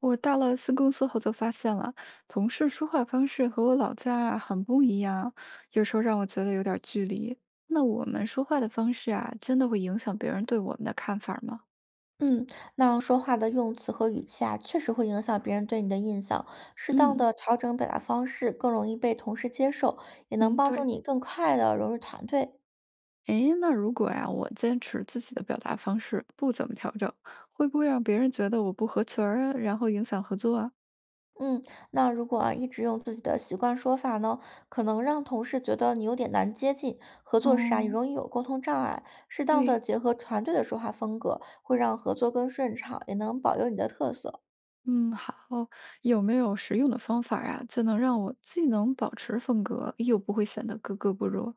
我到了新公司后就发现了，同事说话方式和我老家啊很不一样，有时候让我觉得有点距离。那我们说话的方式啊，真的会影响别人对我们的看法吗？嗯，那说话的用词和语气啊，确实会影响别人对你的印象。适当嗯，的调整表达方式，更容易被同事接受，也能嗯，帮助对。你更快的融入团队。诶，那如果呀，我坚持自己的表达方式，不怎么调整，会不会让别人觉得我不合群儿啊然后影响合作啊？嗯，那如果啊一直用自己的习惯说法呢，可能让同事觉得你有点难接近，合作时啊也嗯，容易有沟通障碍。适当的对，结合团队的说话风格，会让合作更顺畅，也能保留你的特色。嗯，好。有没有实用的方法呀，就能让我既能保持风格，又不会显得格格不入？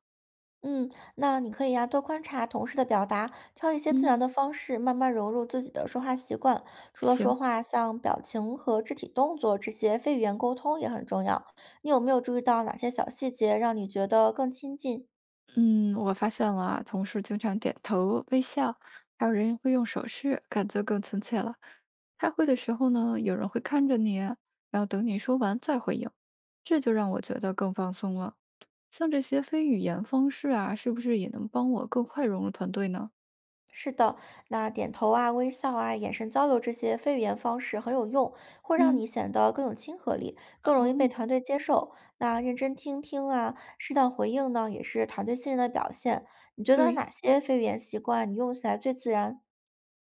嗯，那你可以呀、多观察同事的表达，挑一些自嗯。然的方式，慢慢融入自己的说话习惯。除了说行，话，像表情和肢体动作这些非语言沟通也很重要。你有没有注意到哪些小细节让你觉得更亲近？嗯，我发现了啊，同事经常点头微笑，还有人会用手势，感觉更亲切了。开会的时候呢，有人会看着你，然后等你说完再回应，这就让我觉得更放松了。像这些非语言方式啊，是不是也能帮我更快融入团队呢？是的，那点头啊、微笑啊、眼神交流这些非语言方式很有用，会让嗯，你显得更有亲和力，更容易被哦，团队接受。那认真听听啊，适当回应呢，也是团队信任的表现。你觉得对，哪些非语言习惯你用起来最自然？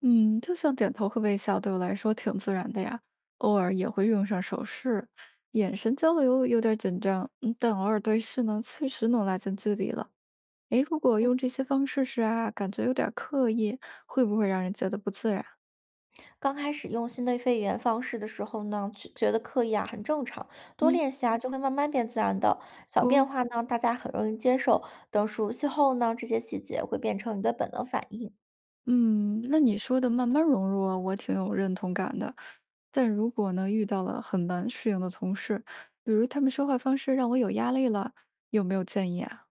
嗯，就像点头和微笑对我来说挺自然的呀，偶尔也会用上手势，眼神交流有点紧张，嗯，但偶尔对视呢，确实能拉近距离了。诶，如果用这些方式是啊，感觉有点刻意，会不会让人觉得不自然？刚开始用新的非语言方式的时候呢，去觉得刻意啊很正常，多嗯，练习啊就会慢慢变自然的。小变哦，化呢，大家很容易接受。等熟悉后呢，这些细节会变成你的本能反应。嗯，那你说的慢慢融入啊我挺有认同感的。但如果呢，遇到了很难适应的同事，比如他们说话方式让我有压力了，有没有建议啊？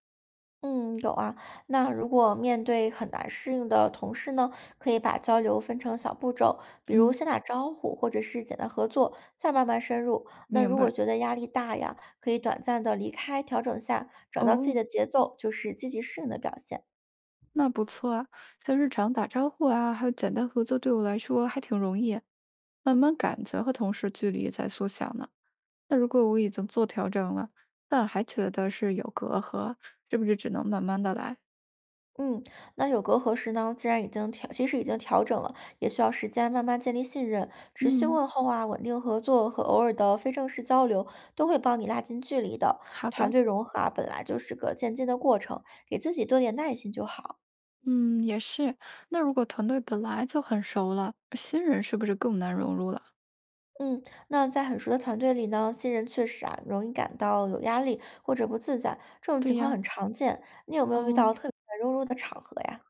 嗯，有啊。那如果面对很难适应的同事呢，可以把交流分成小步骤，比如嗯，先打招呼，或者是简单合作，再慢慢深入。那明如果白。觉得压力大呀，可以短暂的离开，调整下，找到自己哦。的节奏，就是积极适应的表现。那不错啊，像日常打招呼啊，还有简单合作，对我来说还挺容易，慢慢感觉和同事距离在缩小呢。那如果我已经做调整了，但还觉得是有隔阂，是不是只能慢慢的来？嗯，那有隔阂时呢，既然已经调，其实已经调整了，也需要时间慢慢建立信任。持续嗯，问候啊，稳定合作和偶尔的非正式交流，都会帮你拉近距离的。好团的，队融合啊，本来就是个渐进的过程，给自己多点耐心就好。嗯，也是。那如果团队本来就很熟了，新人是不是更难融入了？嗯，那在很熟的团队里呢，新人确实啊容易感到有压力或者不自在，这种对情况呀，很常见。你有没有遇哦，到特别软弱的场合呀？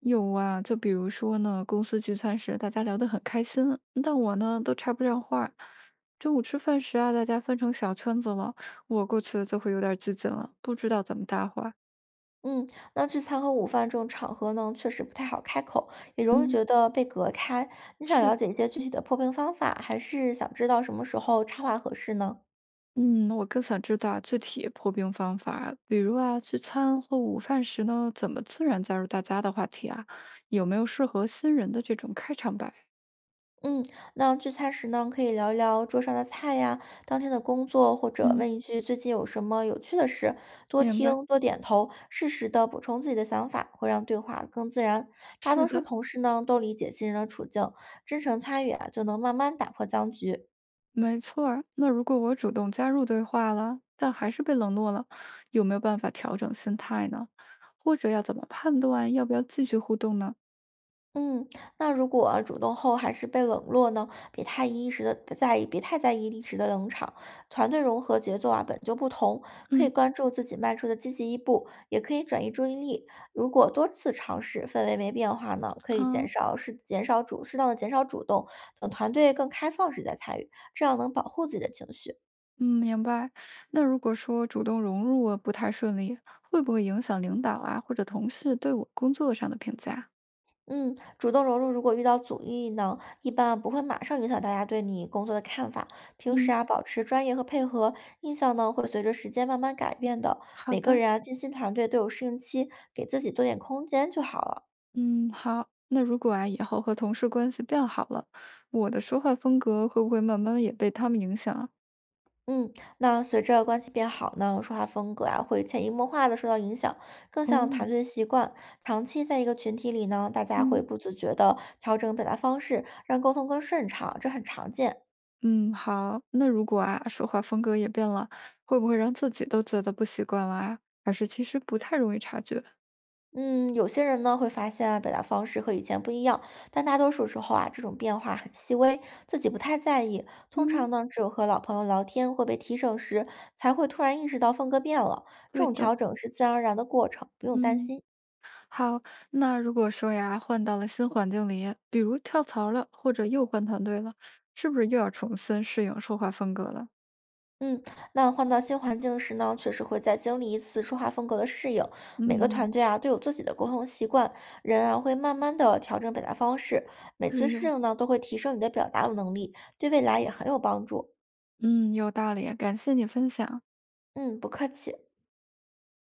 有啊，就比如说呢，公司聚餐时大家聊得很开心，但我呢都插不上话。中午吃饭时啊，大家分成小圈子了，我过去就会有点拘谨了，不知道怎么搭话。嗯，那聚餐和午饭这种场合呢，确实不太好开口，也容易嗯，觉得被隔开。你想了是，解一些具体的破冰方法，还是想知道什么时候插话合适呢？嗯，我更想知道具体破冰方法，比如啊，聚餐或午饭时呢，怎么自然加入大家的话题啊？有没有适合新人的这种开场白？嗯，那聚餐时呢，可以聊一聊桌上的菜呀，当天的工作，或者嗯。问一句最近有什么有趣的事，多明白，听多点头，适时的补充自己的想法，会让对话更自然。大是多数的。同事呢，都理解新人的处境，真诚参与啊，就能慢慢打破僵局。没错儿，那如果我主动加入对话了，但还是被冷落了，有没有办法调整心态呢？或者要怎么判断要不要继续互动呢？嗯，那如果啊主动后还是被冷落呢？别太一时的在意，别太在意一时的冷场。团队融合节奏啊本就不同，可以嗯关注自己迈出的积极一步，也可以转移注意力。如果多次尝试，氛围没变化呢，可以嗯减少是减少主适当的减少主动，等团队更开放时再参与，这样能保护自己的情绪。嗯，明白。那如果说主动融入啊不太顺利，会不会影响领导啊或者同事对我工作上的评价？嗯，主动融入，如果遇到阻力呢，一般不会马上影响大家对你工作的看法。平时嗯，啊，保持专业和配合，印象呢会随着时间慢慢改变的。好每个的。人啊，进新团队都有适应期，给自己多点空间就好了。嗯，好。那如果啊以后和同事关系变好了，我的说话风格会不会慢慢也被他们影响啊？嗯，那随着关系变好呢，说话风格啊会潜移默化的受到影响，更哦，像团队的习惯。长期在一个群体里呢，大家嗯。会不自觉的调整表达方式，让沟通更顺畅，这很常见。嗯，好。那如果啊，说话风格也变了，会不会让自己都觉得不习惯了啊？还是其实不太容易察觉？嗯，有些人呢会发现啊，表达方式和以前不一样，但大多数时候啊，这种变化很细微，自己不太在意。通嗯，常呢，只有和老朋友聊天或被提醒时，才会突然意识到风格变了。这对种的，调整是自然而然的过程，不用担嗯，心。好。那如果说呀，换到了新环境里，比如跳槽了，或者又换团队了，是不是又要重新适应说话风格了？嗯，那换到新环境时呢，确实会再经历一次说话风格的适应。每个团嗯，队啊都有自己的沟通习惯，人啊会慢慢的调整表达方式。每次对适哟。应呢，都会提升你的表达能力，对未来也很有帮助。嗯，有道理，感谢你分享。嗯，不客气。